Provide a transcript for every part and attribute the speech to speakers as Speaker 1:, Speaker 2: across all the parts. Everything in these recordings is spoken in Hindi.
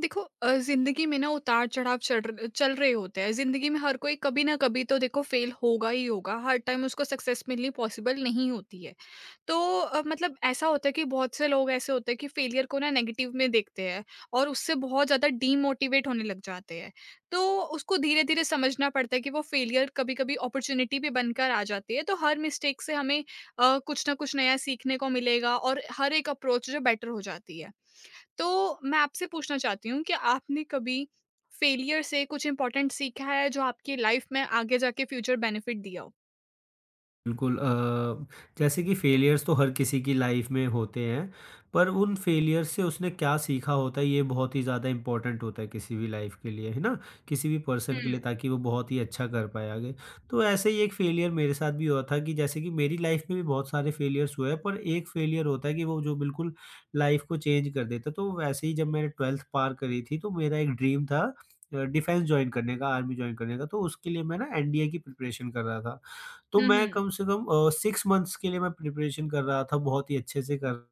Speaker 1: देखो ज़िंदगी में ना उतार-चढ़ाव चढ़ र चल रहे होते हैं। ज़िंदगी में हर कोई कभी ना कभी तो देखो फ़ेल होगा ही होगा। हर टाइम उसको सक्सेस मिलनी पॉसिबल नहीं होती है। तो मतलब ऐसा होता है कि बहुत से लोग ऐसे होते हैं कि फ़ेलियर को ना नेगेटिव में देखते हैं और उससे बहुत ज़्यादा डीमोटिवेट होने लग जाते हैं। तो उसको धीरे-धीरे समझना पड़ता है कि वो फ़ेलियर कभी-कभी अपॉर्च्युनिटी भी बनकर आ जाती है। तो हर मिस्टेक से हमें कुछ ना कुछ नया सीखने को मिलेगा और हर एक अप्रोच जो बेटर हो जाती है। तो मैं आपसे पूछना चाहती हूँ कि आपने कभी फेलियर से कुछ इम्पोर्टेंट सीखा है जो आपकी लाइफ में आगे जाके फ्यूचर बेनिफिट दिया हो?
Speaker 2: बिल्कुल। जैसे कि फेलियर्स तो हर किसी की लाइफ में होते हैं, पर उन फेलियर से उसने क्या सीखा होता है ये बहुत ही ज़्यादा इम्पोर्टेंट होता है किसी भी लाइफ के लिए, है ना? किसी भी पर्सन के
Speaker 1: हुँ।
Speaker 2: लिए ताकि वो बहुत ही अच्छा कर पाए आगे। तो ऐसे ही एक फेलियर मेरे साथ भी हुआ था कि जैसे कि मेरी लाइफ में भी बहुत सारे फेलियर्स हुए हैं, पर एक फेलियर होता है कि वो जो बिल्कुल लाइफ को चेंज कर देता है। तो वैसे ही जब मैंने 12th पार करी थी तो मेरा एक ड्रीम था डिफेंस जॉइन करने का, आर्मी जॉइन करने का, तो उसके लिए मैं ना एनडीए की प्रिपरेशन कर रहा था। तो
Speaker 1: हुँ,
Speaker 2: मैं
Speaker 1: हुँ।
Speaker 2: कम से कम 6 मंथ्स के लिए मैं प्रिपरेशन कर रहा था, बहुत ही अच्छे से कर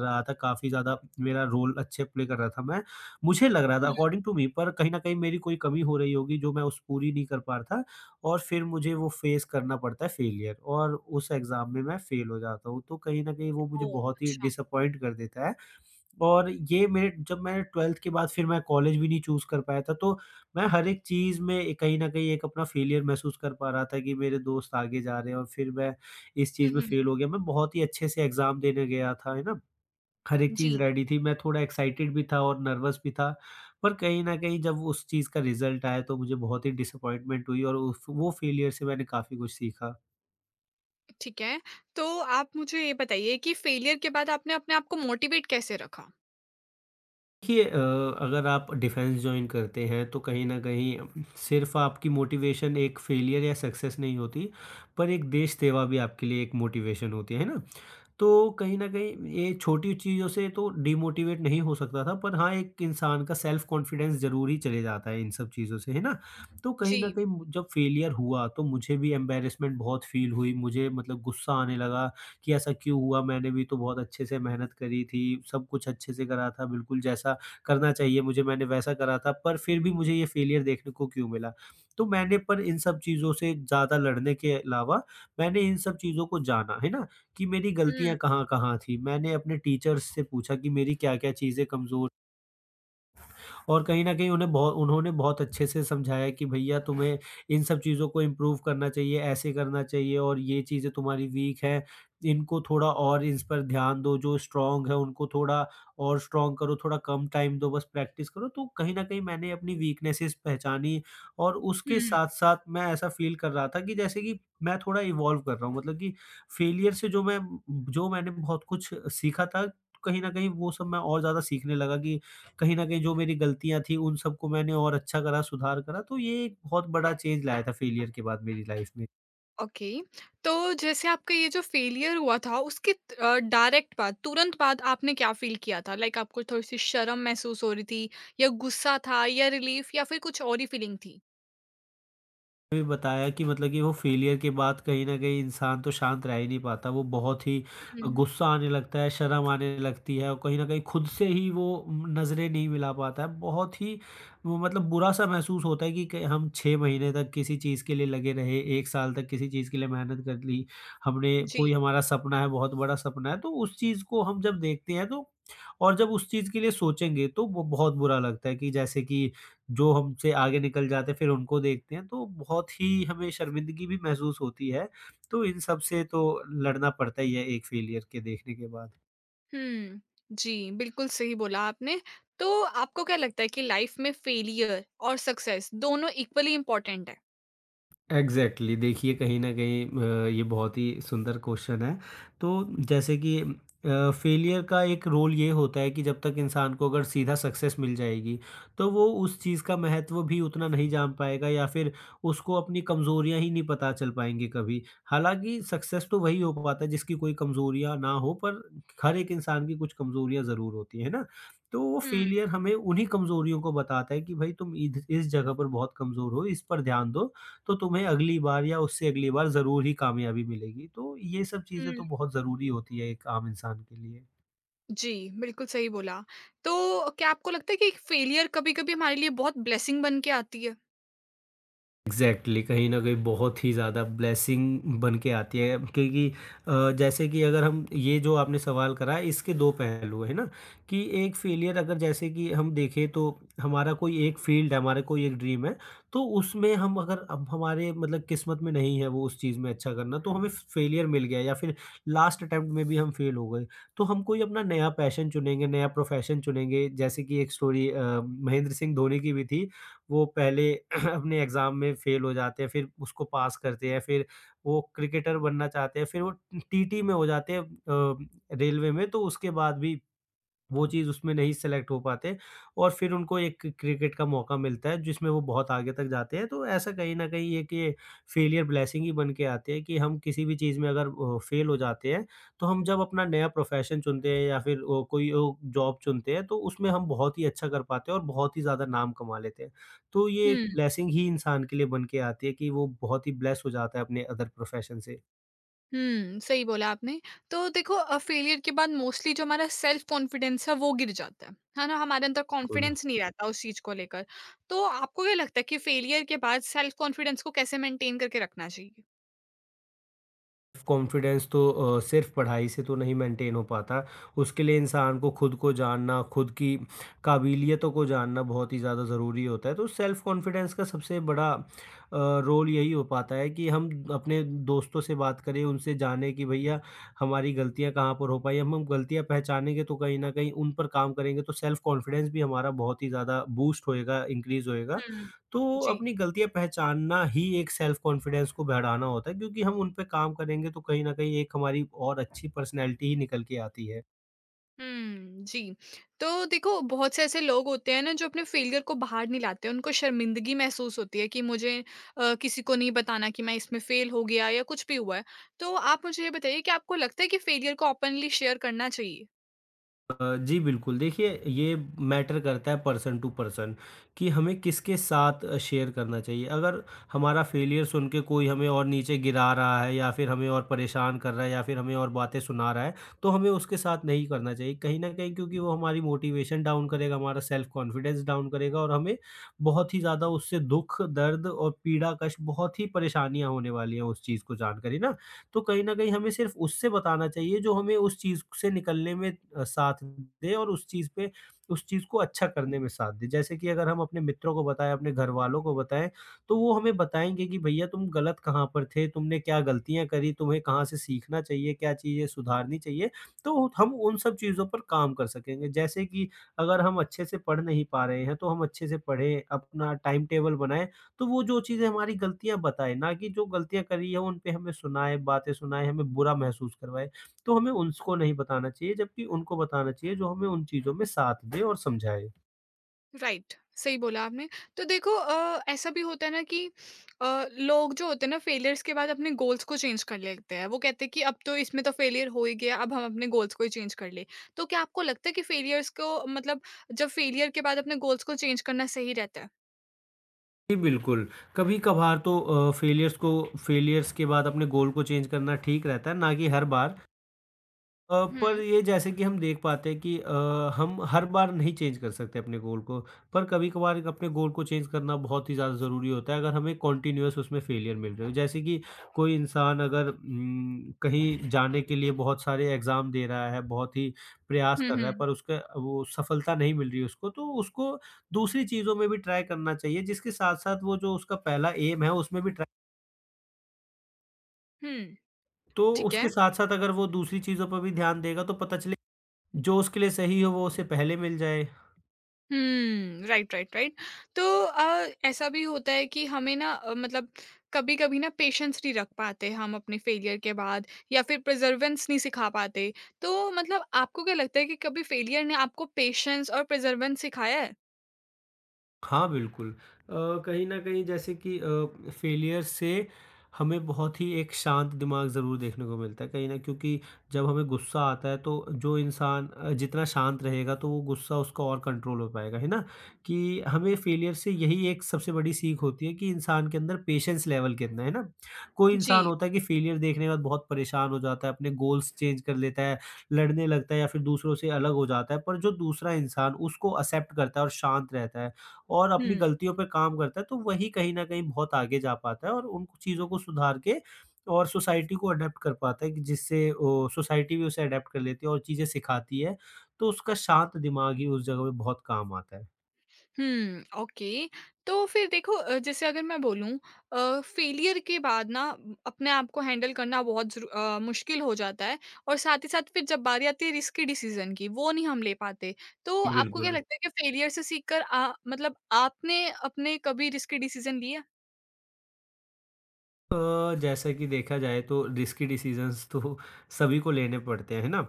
Speaker 2: रहा था, काफ़ी ज़्यादा मेरा रोल अच्छे प्ले कर रहा था मैं। मुझे लग रहा था
Speaker 1: हुँ।
Speaker 2: अकॉर्डिंग टू मी, पर कहीं न कहीं मेरी कोई कमी हो रही होगी जो मैं उस पूरी नहीं कर पा रहा था। और फिर मुझे वो फेस करना पड़ता है फेलियर, और उस एग्ज़ाम में मैं फेल हो जाता हूँ। तो कहीं न कहीं वो मुझे
Speaker 1: ओह!
Speaker 2: बहुत ही
Speaker 1: अच्छा।
Speaker 2: डिसअपॉइंट कर देता है, और ये मेरे, जब मैंने 12th के बाद फिर मैं कॉलेज भी नहीं चूज़ कर पाया था, तो मैं हर एक चीज़ में कहीं न कहीं एक अपना फेलियर महसूस कर पा रहा था कि मेरे दोस्त आगे जा रहे हैं और फिर मैं इस
Speaker 1: हुँ,
Speaker 2: चीज़ में
Speaker 1: हुँ,
Speaker 2: फेल
Speaker 1: हुँ।
Speaker 2: हो गया। मैं बहुत ही अच्छे से एग्ज़ाम देने गया था, है ना? हर एक चीज़
Speaker 1: जी,
Speaker 2: रेडी थी, मैं थोड़ा एक्साइटेड भी था और नर्वस भी था, पर कहीं न कहीं जब उस चीज़ का रिज़ल्ट आया तो मुझे बहुत ही डिसअपॉइंटमेंट हुई और उस वो फेलियर से मैंने काफ़ी कुछ सीखा।
Speaker 1: ठीक है। तो आप मुझे ये बताइए कि फेलियर के बाद आपने अपने आप को मोटिवेट कैसे रखा?
Speaker 2: देखिए, अगर आप डिफेंस जॉइन करते हैं तो कहीं न कहीं सिर्फ़ आपकी मोटिवेशन एक फेलियर या सक्सेस नहीं होती, पर एक देश सेवा भी आपके लिए एक मोटिवेशन होती है ना? तो कहीं न कहीं ये छोटी चीज़ों से तो डिमोटिवेट नहीं हो सकता था, पर हाँ, एक इंसान का सेल्फ कॉन्फिडेंस ज़रूर ही चले जाता है इन सब चीज़ों से, है ना? तो कहीं न
Speaker 1: जी।
Speaker 2: कहीं जब फेलियर हुआ तो मुझे भी एम्बैरेसमेंट बहुत फ़ील हुई, मुझे मतलब गुस्सा आने लगा कि ऐसा क्यों हुआ? मैंने भी तो बहुत अच्छे से मेहनत करी थी, सब कुछ अच्छे से करा था, बिल्कुल जैसा करना चाहिए मुझे मैंने वैसा करा था, पर फिर भी मुझे ये फेलियर देखने को क्यों मिला? तो मैंने, पर इन सब चीज़ों से ज़्यादा लड़ने के अलावा, मैंने इन सब चीज़ों को जाना, है ना? कि मेरी
Speaker 1: हुँ,
Speaker 2: गलतियाँ कहाँ-कहाँ थी। मैंने अपने टीचर्स से पूछा कि मेरी क्या-क्या चीज़ें कमज़ोर, और कहीं न कहीं उन्हें बहु उन्होंने बहुत अच्छे से समझाया कि भैया तुम्हें इन सब चीज़ों को इम्प्रूव करना चाहिए, ऐसे करना चाहिए और ये चीज़ें तुम्हारी वीक हैं, इनको थोड़ा और इस पर ध्यान दो, जो स्ट्रॉन्ग है उनको थोड़ा और स्ट्रॉन्ग करो, थोड़ा कम टाइम दो, बस प्रैक्टिस करो। तो कहीं न कहीं मैंने अपनी वीकनेसेस पहचानी, और उसके
Speaker 1: हुँ।
Speaker 2: साथ-साथ मैं ऐसा फ़ील कर रहा था कि जैसे कि मैं थोड़ा इवॉल्व कर रहा हूँ, मतलब कि फेलियर से जो मैंने बहुत कुछ सीखा था, कहीं न कहीं वो सब मैं और ज़्यादा सीखने लगा कि कहीं न कहीं जो मेरी गलतियाँ थी, उन सबको मैंने और अच्छा करा, सुधार करा, तो ये एक बहुत बड़ा चेंज लाया था फेलियर के बाद मेरी लाइफ़ में।
Speaker 1: ओके, तो जैसे आपका ये जो फेलियर हुआ था उसके डायरेक्ट बाद, तुरंत बाद आपने क्या फील किया था? लाइक आपको थोड़ी सी शर्म महसूस हो रही थी या गुस्सा था या रिलीफ या फिर कुछ और ही फीलिंग थी?
Speaker 2: भी बताया कि मतलब कि वो फेलियर के बाद कहीं न कहीं इंसान तो शांत रह ही नहीं पाता। वो बहुत ही
Speaker 1: हम्म,
Speaker 2: गुस्सा आने लगता है, शर्म आने लगती है और कहीं न कहीं खुद से ही वो नज़रें नहीं मिला पाता है। बहुत ही वो मतलब बुरा-सा महसूस होता है कि क हम 6 महीने तक किसी चीज़ के लिए लगे रहे, 1 साल तक किसी चीज़ के लिए मेहनत कर ली। हमने
Speaker 1: जी।
Speaker 2: कोई हमारा सपना है, बहुत बड़ा सपना है, तो उस चीज़ को हम जब देखते हैं, तो और जब उस चीज़ के लिए सोचेंगे तो वो बहुत बुरा लगता है कि जैसे कि जो हमसे आगे निकल जाते हैं, फिर उनको देखते हैं तो बहुत ही हमें शर्मिंदगी भी महसूस होती है। तो इन सब से तो लड़ना पड़ता ही है एक फेलियर के देखने के बाद।
Speaker 1: हम्म। जी, बिल्कुल सही बोला आपने। तो आपको क्या लगता है कि लाइफ में फेलियर और सक्सेस दोनों इक्वली इम्पोर्टेंट है?
Speaker 2: Exactly exactly। देखिए, कहीं ना कहीं ये बहुत ही सुंदर क्वेश्चन है। तो जैसे कि फेलियर का एक रोल ये होता है कि जब तक इंसान को, अगर सीधा सक्सेस मिल जाएगी तो वो उस चीज़ का महत्व भी उतना नहीं जान पाएगा, या फिर उसको अपनी कमज़ोरियां ही नहीं पता चल पाएंगी कभी। हालांकि सक्सेस तो वही हो पाता है जिसकी कोई कमज़ोरियां ना हो, पर हर एक इंसान की कुछ कमज़ोरियां ज़रूर होती है ना। तो वो
Speaker 1: हम्म।
Speaker 2: फेलियर हमें उन्हीं कमज़ोरियों को बताता है कि भाई, तुम इस जगह पर बहुत कमज़ोर हो, इस पर ध्यान दो, तो तुम्हें अगली बार या उससे अगली बार ज़रूर ही कामयाबी मिलेगी। तो ये सब चीज़ें
Speaker 1: हम्म,
Speaker 2: तो बहुत ज़रूरी होती है एक आम इंसान के लिए।
Speaker 1: जी। बिल्कुल सही बोला। तो क्या आपको लगता है कि फेलियर कभी-कभी हमारे लिए बहुत ब्लेसिंग बन के आती है?
Speaker 2: एग्ज़ैक्टली, कहीं न कहीं बहुत ही ज़्यादा ब्लेसिंग बन के आती है, क्योंकि जैसे कि अगर हम, ये जो आपने सवाल करा है, इसके 2 पहलू हैं, है ना? कि एक फेलियर, अगर जैसे कि हम देखें, तो हमारा कोई एक फ़ील्ड है, हमारा कोई एक ड्रीम है, तो उसमें हम, अगर अब हमारे मतलब किस्मत में नहीं है वो उस चीज़ में अच्छा करना, तो हमें फेलियर मिल गया, या फिर लास्ट अटेम्प्ट में भी हम फेल हो गए। तो हम कोई अपना नया पैशन चुनेंगे, नया प्रोफ़ेशन चुनेंगे, जैसे कि एक स्टोरी महेंद्र सिंह धोनी की भी थी। वो पहले अपने एग्ज़ाम में फ़ेल हो जाते हैं, फिर उसको पास करते हैं, फिर वो क्रिकेटर बनना चाहते हैं, फिर वो टीटी में हो जाते हैं रेलवे में, तो उसके बाद भी वो चीज़ उसमें नहीं सेलेक्ट हो पाते, और फिर उनको एक क्रिकेट का मौका मिलता है जिसमें वो बहुत आगे तक जाते हैं। तो ऐसा कहीं न कहीं एक ये फेलियर ब्लेसिंग ही बन के आती है कि हम किसी भी चीज़ में अगर फेल हो जाते हैं, तो हम जब अपना नया प्रोफ़ेशन चुनते हैं या फिर ओ कोई ओ जॉब चुनते हैं, तो उसमें हम बहुत ही अच्छा कर पाते हैं और बहुत ही ज़्यादा नाम कमा लेते हैं। तो ये एक
Speaker 1: हम्म।
Speaker 2: ब्लेसिंग ही इंसान के लिए बन के आती है कि वो बहुत ही ब्लेस हो जाता है अपने अदर प्रोफ़ेशन से।
Speaker 1: हुँ, सही बोला आपने। तो देखो फेलियर के बाद मोस्टली जो हमारा सेल्फ कॉन्फिडेंस है वो गिर जाता है ना? हमारे अंदर
Speaker 2: बिल्कुल।
Speaker 1: कॉन्फिडेंस नहीं रहता उस चीज़ को लेकर। तो आपको क्या लगता है कि फेलियर के बाद सेल्फ कॉन्फिडेंस को कैसे मेंटेन करके रखना चाहिए?
Speaker 2: कॉन्फिडेंस तो सिर्फ़ पढ़ाई से तो नहीं मेंटेन हो पाता। उसके लिए इंसान को खुद को जानना, खुद की काबिलियतों को जानना बहुत ही ज़्यादा ज़रूरी होता है। तो सेल्फ़ कॉन्फिडेंस का सबसे बड़ा रोल यही हो पाता है कि हम अपने दोस्तों से बात करें, उनसे जानें कि भैया हमारी गलतियाँ कहाँ पर हो पाई। हम गलतियाँ पहचानेंगे तो कहीं न कहीं उन पर काम करेंगे, तो सेल्फ़ कॉन्फिडेंस भी हमारा बहुत ही ज़्यादा बूस्ट होएगा, इंक्रीज़ होएगा।
Speaker 1: हुँ,
Speaker 2: तो
Speaker 1: जी।
Speaker 2: अपनी गलतियाँ पहचानना ही एक सेल्फ कॉन्फिडेंस को बढ़ाना होता है, क्योंकि हम उन पे काम करेंगे तो कहीं न कहीं एक हमारी और अच्छी पर्सनैलिटी ही निकल के आती है।
Speaker 1: हुँ, जी। तो देखो बहुत से ऐसे लोग होते हैं ना जो अपने फेलियर को बाहर नहीं लाते, उनको शर्मिंदगी महसूस होती है कि मुझे किसी को नहीं बताना कि मैं इसमें फेल हो गया या कुछ भी हुआ है। तो आप मुझे ये बताइए कि आपको लगता है कि फेलियर को ओपनली शेयर करना चाहिए?
Speaker 2: जी बिल्कुल, देखिए ये मैटर करता है पर्सन टू पर्सन, कि हमें किसके साथ शेयर करना चाहिए। अगर हमारा फेलियर सुन के कोई हमें और नीचे गिरा रहा है, या फिर हमें और परेशान कर रहा है, या फिर हमें और बातें सुना रहा है, तो हमें उसके साथ नहीं करना चाहिए। कहीं न कहीं क्योंकि वो हमारी मोटिवेशन डाउन करेगा, हमारा सेल्फ कॉन्फिडेंस डाउन करेगा और हमें बहुत ही ज़्यादा उससे दुःख, दर्द और पीड़ा कष्ट बहुत ही परेशानियाँ होने वाली हैं उस चीज़ को जानकर, है ना? तो कहीं न कहीं हमें सिर्फ़ उससे बताना चाहिए जो हमें उस चीज़ से निकलने में साथ दे और उस चीज़ पे उस चीज़ को अच्छा करने में साथ दे। जैसे कि अगर हम अपने मित्रों को बताएँ, अपने घरवालों को बताएँ, तो वो हमें बताएँगे कि भैया तुम गलत कहाँ पर थे, तुमने क्या गलतियाँ करी, तुम्हें कहाँ से सीखना चाहिए, क्या चीज़ें सुधारनी चाहिए। तो हम उन सब चीज़ों पर काम कर सकेंगे। जैसे कि अगर हम अच्छे से पढ़ नहीं पा रहे हैं, तो हम अच्छे से पढ़ें, अपना टाइम टेबल बनाएँ, तो वो जो चीज़ें हमारी गलतियाँ बताए, ना कि जो गलतियाँ करी है उन पे हमें सुनाए, बातें सुनाए, हमें बुरा महसूस करवाए। तो हमें उसको नहीं बताना चाहिए, जबकि उनको बताना चाहिए जो हमें उन चीज़ों में साथ दे और समझाए।
Speaker 1: राइट, सही बोला आपने। तो देखो ऐसा भी होता है ना कि लोग जो होते हैं ना फेलियर्स के बाद अपने गोल्स को चेंज कर लेते हैं, वो कहते हैं कि अब तो इसमें तो फेलियर हो ही गया, अब हम अपने गोल्स को ही चेंज कर ले। तो क्या आपको लगता है कि फेलियर्स को मतलब जब फेलियर के बाद अपने गोल्स को चेंज करना सही रहता है?
Speaker 2: जी, बिल्कुल। कभी-कभार तो फेलियर्स के बाद अपने गोल को चेंज करना ठीक रहता है, ना कि हर बार। पर
Speaker 1: हम्म।
Speaker 2: ये जैसे कि हम देख पाते हैं कि हम हर बार नहीं चेंज कर सकते अपने गोल को, पर कभी-कभार अपने गोल को चेंज करना बहुत ही ज़्यादा ज़रूरी होता है, अगर हमें कंटीन्यूअस उसमें फेलियर मिल रहे हो। जैसे कि कोई इंसान अगर कहीं जाने के लिए बहुत सारे एग्ज़ाम दे रहा है, बहुत ही प्रयास कर
Speaker 1: हम्म।
Speaker 2: रहा है,
Speaker 1: हम्म।
Speaker 2: पर उसका वो सफलता नहीं मिल रही है उसको, तो उसको दूसरी चीज़ों में भी ट्राई करना चाहिए, जिसके साथ-साथ वो जो उसका पहला एम है, उसमें भी ट्राई।
Speaker 1: हम्म,
Speaker 2: तो
Speaker 1: ठीक है।
Speaker 2: उसके साथ-साथ अगर वो दूसरी चीज़ों पर भी ध्यान देगा, तो पता चले जो उसके लिए सही हो वो उसे पहले मिल जाए।
Speaker 1: Hmm, right, right, right. तो ऐसा भी होता है कि हमें ना मतलब कभी कभी ना पेशेंस नहीं रख पाते हम अपने फेलियर के बाद या फिर प्रिजर्वेंस नहीं सिखा पाते। तो मतलब आपको क्या लगता है कि कभी फेलियर ने आपको पेशेंस और प्रिजर्वेंस सिखाया है?
Speaker 2: हाँ, बिल्कुल। कहीं न कहीं जैसे कि फेलियर से हमें बहुत ही एक शांत दिमाग ज़रूर देखने को मिलता है कहीं न, क्योंकि जब हमें गुस्सा आता है, तो जो इंसान जितना शांत रहेगा, तो वो गुस्सा उसका और कंट्रोल हो पाएगा, है ना? कि हमें फेलियर से यही एक सबसे बड़ी सीख होती है कि इंसान के अंदर पेशेंस लेवल कितना है ना? कोई इंसान
Speaker 1: जी।
Speaker 2: होता है कि फेलियर देखने के बाद बहुत परेशान हो जाता है, अपने गोल्स चेंज कर लेता है, लड़ने लगता है या फिर दूसरों से अलग हो जाता है, पर जो दूसरा इंसान उसको एक्सेप्ट करता है और शांत रहता है और अपनी
Speaker 1: हम्म।
Speaker 2: गलतियों पे काम करता है, तो वही कहीं न कहीं बहुत आगे जा पाता है और उन चीज़ों को सुधार के और सोसाइटी को अडॉप्ट कर पाता है कि जिससे ओ सोसाइटी भी उसे अडॉप्ट कर लेती है और चीज़ें सिखाती है, तो उसका शांत दिमाग ही उस जगह पे बहुत काम आता है।
Speaker 1: हुँ, ओके। तो फिर देखो जैसे अगर मैं बोलूँ फेलियर के बाद ना अपने आप को हैंडल करना बहुत मुश्किल हो जाता है और साथ ही साथ फिर जब बारी आती है रिस्की डिसीज़न की, वो नहीं हम ले पाते। तो आपको क्या
Speaker 2: बिल्कुल।
Speaker 1: लगता है कि फेलियर से सीखकर आ मतलब आपने अपने कभी रिस्की डिसीज़न लिया?
Speaker 2: जैसे कि देखा जाए, तो रिस्की डिसीज़न्स तो सभी को लेने पड़ते हैं, है ना?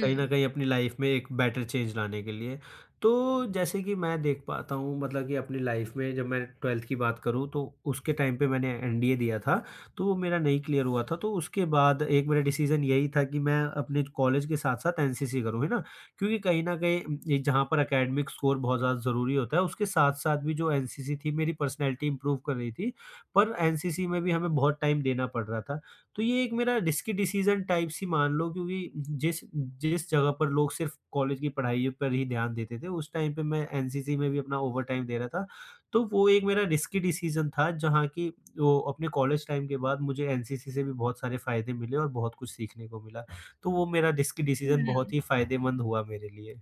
Speaker 2: कहीं न कहीं अपनी लाइफ़ में एक बेटर चेंज लाने के लिए। तो जैसे कि मैं देख पाता हूँ, मतलब कि अपनी लाइफ़ में जब मैं 12th की बात करूँ, तो उसके टाइम पे मैंने एनडीए दिया था, तो वो मेरा नहीं क्लियर हुआ था। तो उसके बाद एक मेरा डिसीज़न यही था कि मैं अपने कॉलेज के साथ-साथ एनसीसी करूँ, है ना? क्योंकि कहीं न कहीं ये जहाँ पर एकेडमिक स्कोर बहुत ज़्यादा ज़रूरी होता है, उसके साथ-साथ भी जो एनसीसी थी मेरी पर्सनैलिटी इम्प्रूव कर रही थी। पर एनसीसी में भी हमें बहुत टाइम देना पड़ रहा था। तो ये एक मेरा रिस्की डिसीज़न टाइप सी मान लो, क्योंकि जिस जिस जगह पर लोग सिर्फ़ कॉलेज की पढ़ाई पर ही ध्यान देते थे, उस टाइम पे मैं एनसीसी में भी अपना ओवरटाइम दे रहा था। तो वो एक मेरा रिस्की डिसीज़न था जहाँ की वो अपने कॉलेज टाइम के बाद मुझे एनसीसी से भी बहुत सारे फ़ायदे मिले और बहुत कुछ सीखने को मिला। तो वो मेरा रिस्की डिसीज़न बहुत
Speaker 1: हुँ।
Speaker 2: ही फ़ायदेमंद हुआ मेरे लिए।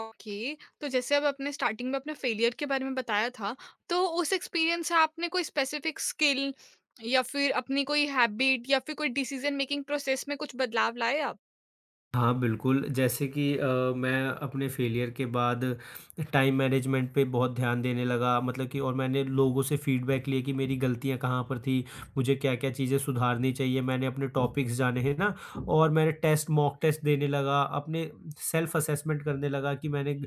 Speaker 1: ओके, तो जैसे अब आपने स्टार्टिंग में अपने फेलियर के बारे में बताया था, तो उस एक्सपीरियंस से आपने कोई स्पेसिफिक स्किल या फिर अपनी कोई हैबिट या फिर कोई डिसीजन मेकिंग प्रोसेस में कुछ बदलाव लाए आप?
Speaker 2: हाँ, बिल्कुल, जैसे कि मैं अपने फेलियर के बाद टाइम मैनेजमेंट पे बहुत ध्यान देने लगा, मतलब कि, और मैंने लोगों से फीडबैक लिए कि मेरी गलतियाँ कहाँ पर थी, मुझे क्या-क्या चीज़ें सुधारनी चाहिए, मैंने अपने टॉपिक्स जाने, हैं ना? और मैंने टेस्ट मॉक टेस्ट देने लगा, अपने सेल्फ असेसमेंट करने लगा कि मैंने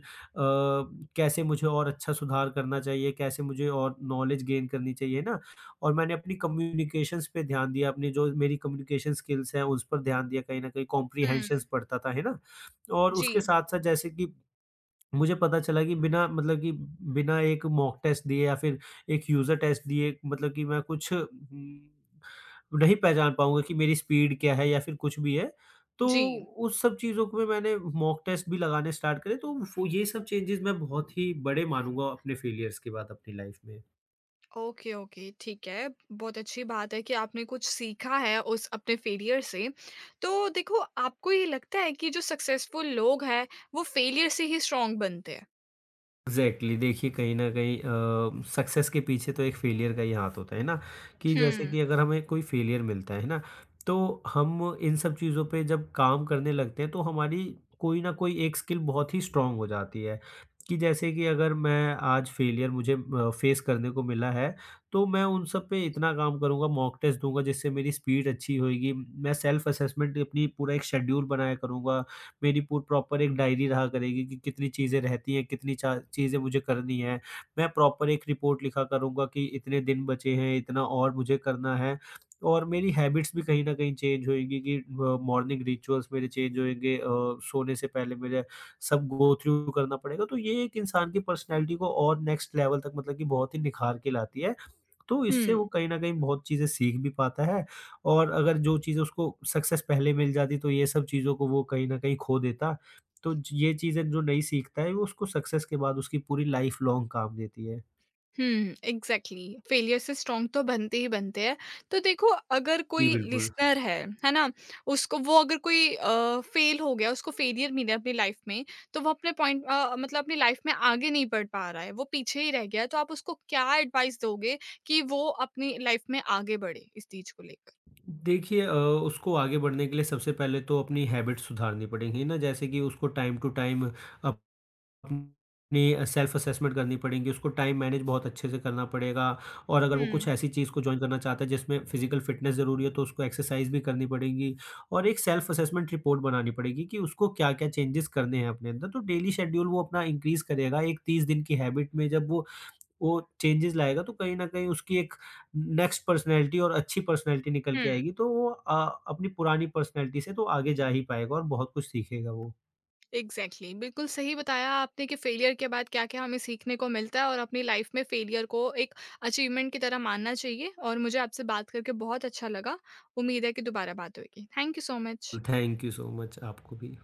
Speaker 2: कैसे मुझे और अच्छा सुधार करना चाहिए, कैसे मुझे और नॉलेज गेन करनी चाहिए, है ना? और मैंने अपनी कम्युनिकेशंस पे ध्यान दिया, अपनी जो मेरी कम्युनिकेशन स्किल्स हैं उस पर ध्यान दिया कहीं न कहीं,
Speaker 1: हुँ।
Speaker 2: कॉम्प्रिहेंशन्स पढ़ता था, है ना? और उसके
Speaker 1: जी,
Speaker 2: साथ-साथ जैसे कि मुझे पता चला कि बिना मतलब कि बिना एक मॉक टेस्ट दिए या फिर एक यूज़र टेस्ट दिए, मतलब कि मैं कुछ नहीं पहचान पाऊँगा कि मेरी स्पीड क्या है या फिर कुछ भी है। तो
Speaker 1: जी।
Speaker 2: उस सब चीज़ों को भी मैंने मॉक टेस्ट भी लगाने स्टार्ट करे, तो फ़ो ये सब चेंजेज़ मैं बहुत ही बड़े मानूँगा अपने फेलियर्स के बाद अपनी लाइफ़ में।
Speaker 1: ओके, ओके, ठीक है। बहुत अच्छी बात है कि आपने कुछ सीखा है उस अपने फेलियर से। तो देखो, आपको ये लगता है कि जो सक्सेसफुल लोग हैं, वो फेलियर से ही स्ट्रॉन्ग बनते हैं?
Speaker 2: एग्जैक्टली exactly, देखिए कहीं ना कहीं सक्सेस के पीछे तो एक फेलियर का ही हाथ होता है ना, कि जैसे
Speaker 1: हुँ।
Speaker 2: कि अगर हमें कोई फेलियर मिलता है ना, तो हम इन सब चीज़ों पे जब काम करने लगते हैं, तो हमारी कोई ना कोई एक स्किल बहुत ही स्ट्रांग हो जाती है, कि जैसे कि अगर मैं आज फेलियर, मुझे फेस करने को मिला है, तो मैं उन सब पे इतना काम करूंगा, मॉक टेस्ट दूंगा, जिससे मेरी स्पीड अच्छी होगी। मैं सेल्फ असेसमेंट अपनी पूरा एक शेड्यूल बनाया करूंगा, मेरी पूर प्रॉपर एक डायरी रहा करेगी कि कितनी चीज़ें रहती हैं, कितनी चा चीज़ें मुझे करनी हैं। मैं प्रॉपर एक रिपोर्ट लिखा करूँगा कि इतने दिन बचे हैं, इतना और मुझे करना है, और मेरी हैबिट्स भी कहीं न कहीं चेंज होएगी कि मॉर्निंग रिचुअल्स मेरे चेंज होएँगे, सोने से पहले मेरे सब गो थ्रू करना पड़ेगा। तो ये एक इंसान की पर्सनैलिटी को और नेक्स्ट लेवल तक, मतलब कि, बहुत ही निखार के लाती है। तो इससे वो
Speaker 1: हुँ।
Speaker 2: कहीं न कहीं बहुत चीज़ें सीख भी पाता है, और अगर जो चीज़ उसको सक्सेस पहले मिल जाती, तो ये सब चीज़ों को वो कहीं न कहीं खो देता। तो ज ये चीज़ें जो नहीं सीखता है वो उसको सक्सेस के बाद उसकी पूरी लाइफ़ लॉन्ग काम देती है।
Speaker 1: हुँ, एग्ज़ैक्टली। फेलियर से स्ट्रॉन्ग तो बनते ही बनते हैं। तो देखो, अगर
Speaker 2: जी,
Speaker 1: कोई
Speaker 2: बिल्कुल।
Speaker 1: लिसनर है ना? उसको वो अगर कोई फेल हो गया, उसको फेलियर मिला अपनी लाइफ़ में, तो वो अपने पॉइंट मतलब अपनी लाइफ़ में आगे नहीं बढ़ पा रहा है, वो पीछे ही रह गया है, तो आप उसको क्या एडवाइस दोगे कि वो अपनी लाइफ़ में आगे बढ़े इस चीज़ को लेकर?
Speaker 2: देखिए उसको आगे बढ़ने के लिए सबसे पहले तो अपनी हैबिट सुधारनी पड़ेंगी ना, जैसे कि उसको टाइम टू टाइम अप अपनी सेल्फ असेसमेंट करनी पड़ेगी, उसको टाइम मैनेज बहुत अच्छे से करना पड़ेगा, और अगर वो कुछ
Speaker 1: हुँ,
Speaker 2: ऐसी चीज़ को जॉइन करना चाहता है जिसमें फिज़िकल फ़िटनेस ज़रूरी है, तो उसको एक्सरसाइज़ भी करनी पड़ेगी, और एक सेल्फ असेसमेंट रिपोर्ट बनानी पड़ेगी कि उसको क्या-क्या चेंजेस करने हैं अपने अंदर। तो डेली शेड्यूल वो अपना इंक्रीज़ करेगा, एक 30 दिन की हैबिट में जब वो चेंजेस लाएगा, तो कहीं न कहीं उसकी एक नेक्स्ट पर्सनैलिटी, और अच्छी पर्सनैलिटी निकल के
Speaker 1: हुँ।
Speaker 2: आएगी, तो वो अपनी पुरानी पर्सनैलिटी से तो आगे जा ही पाएगा और बहुत कुछ सीखेगा वो।
Speaker 1: Exactly exactly। बिल्कुल सही बताया आपने कि फेलियर के बाद क्या क्या हमें सीखने को मिलता है और अपनी लाइफ में फेलियर को एक अचीवमेंट की तरह मानना चाहिए। और मुझे आपसे बात करके बहुत अच्छा लगा। उम्मीद है कि दोबारा बात होगी। Thank you so much.
Speaker 2: Thank you so much आपको भी।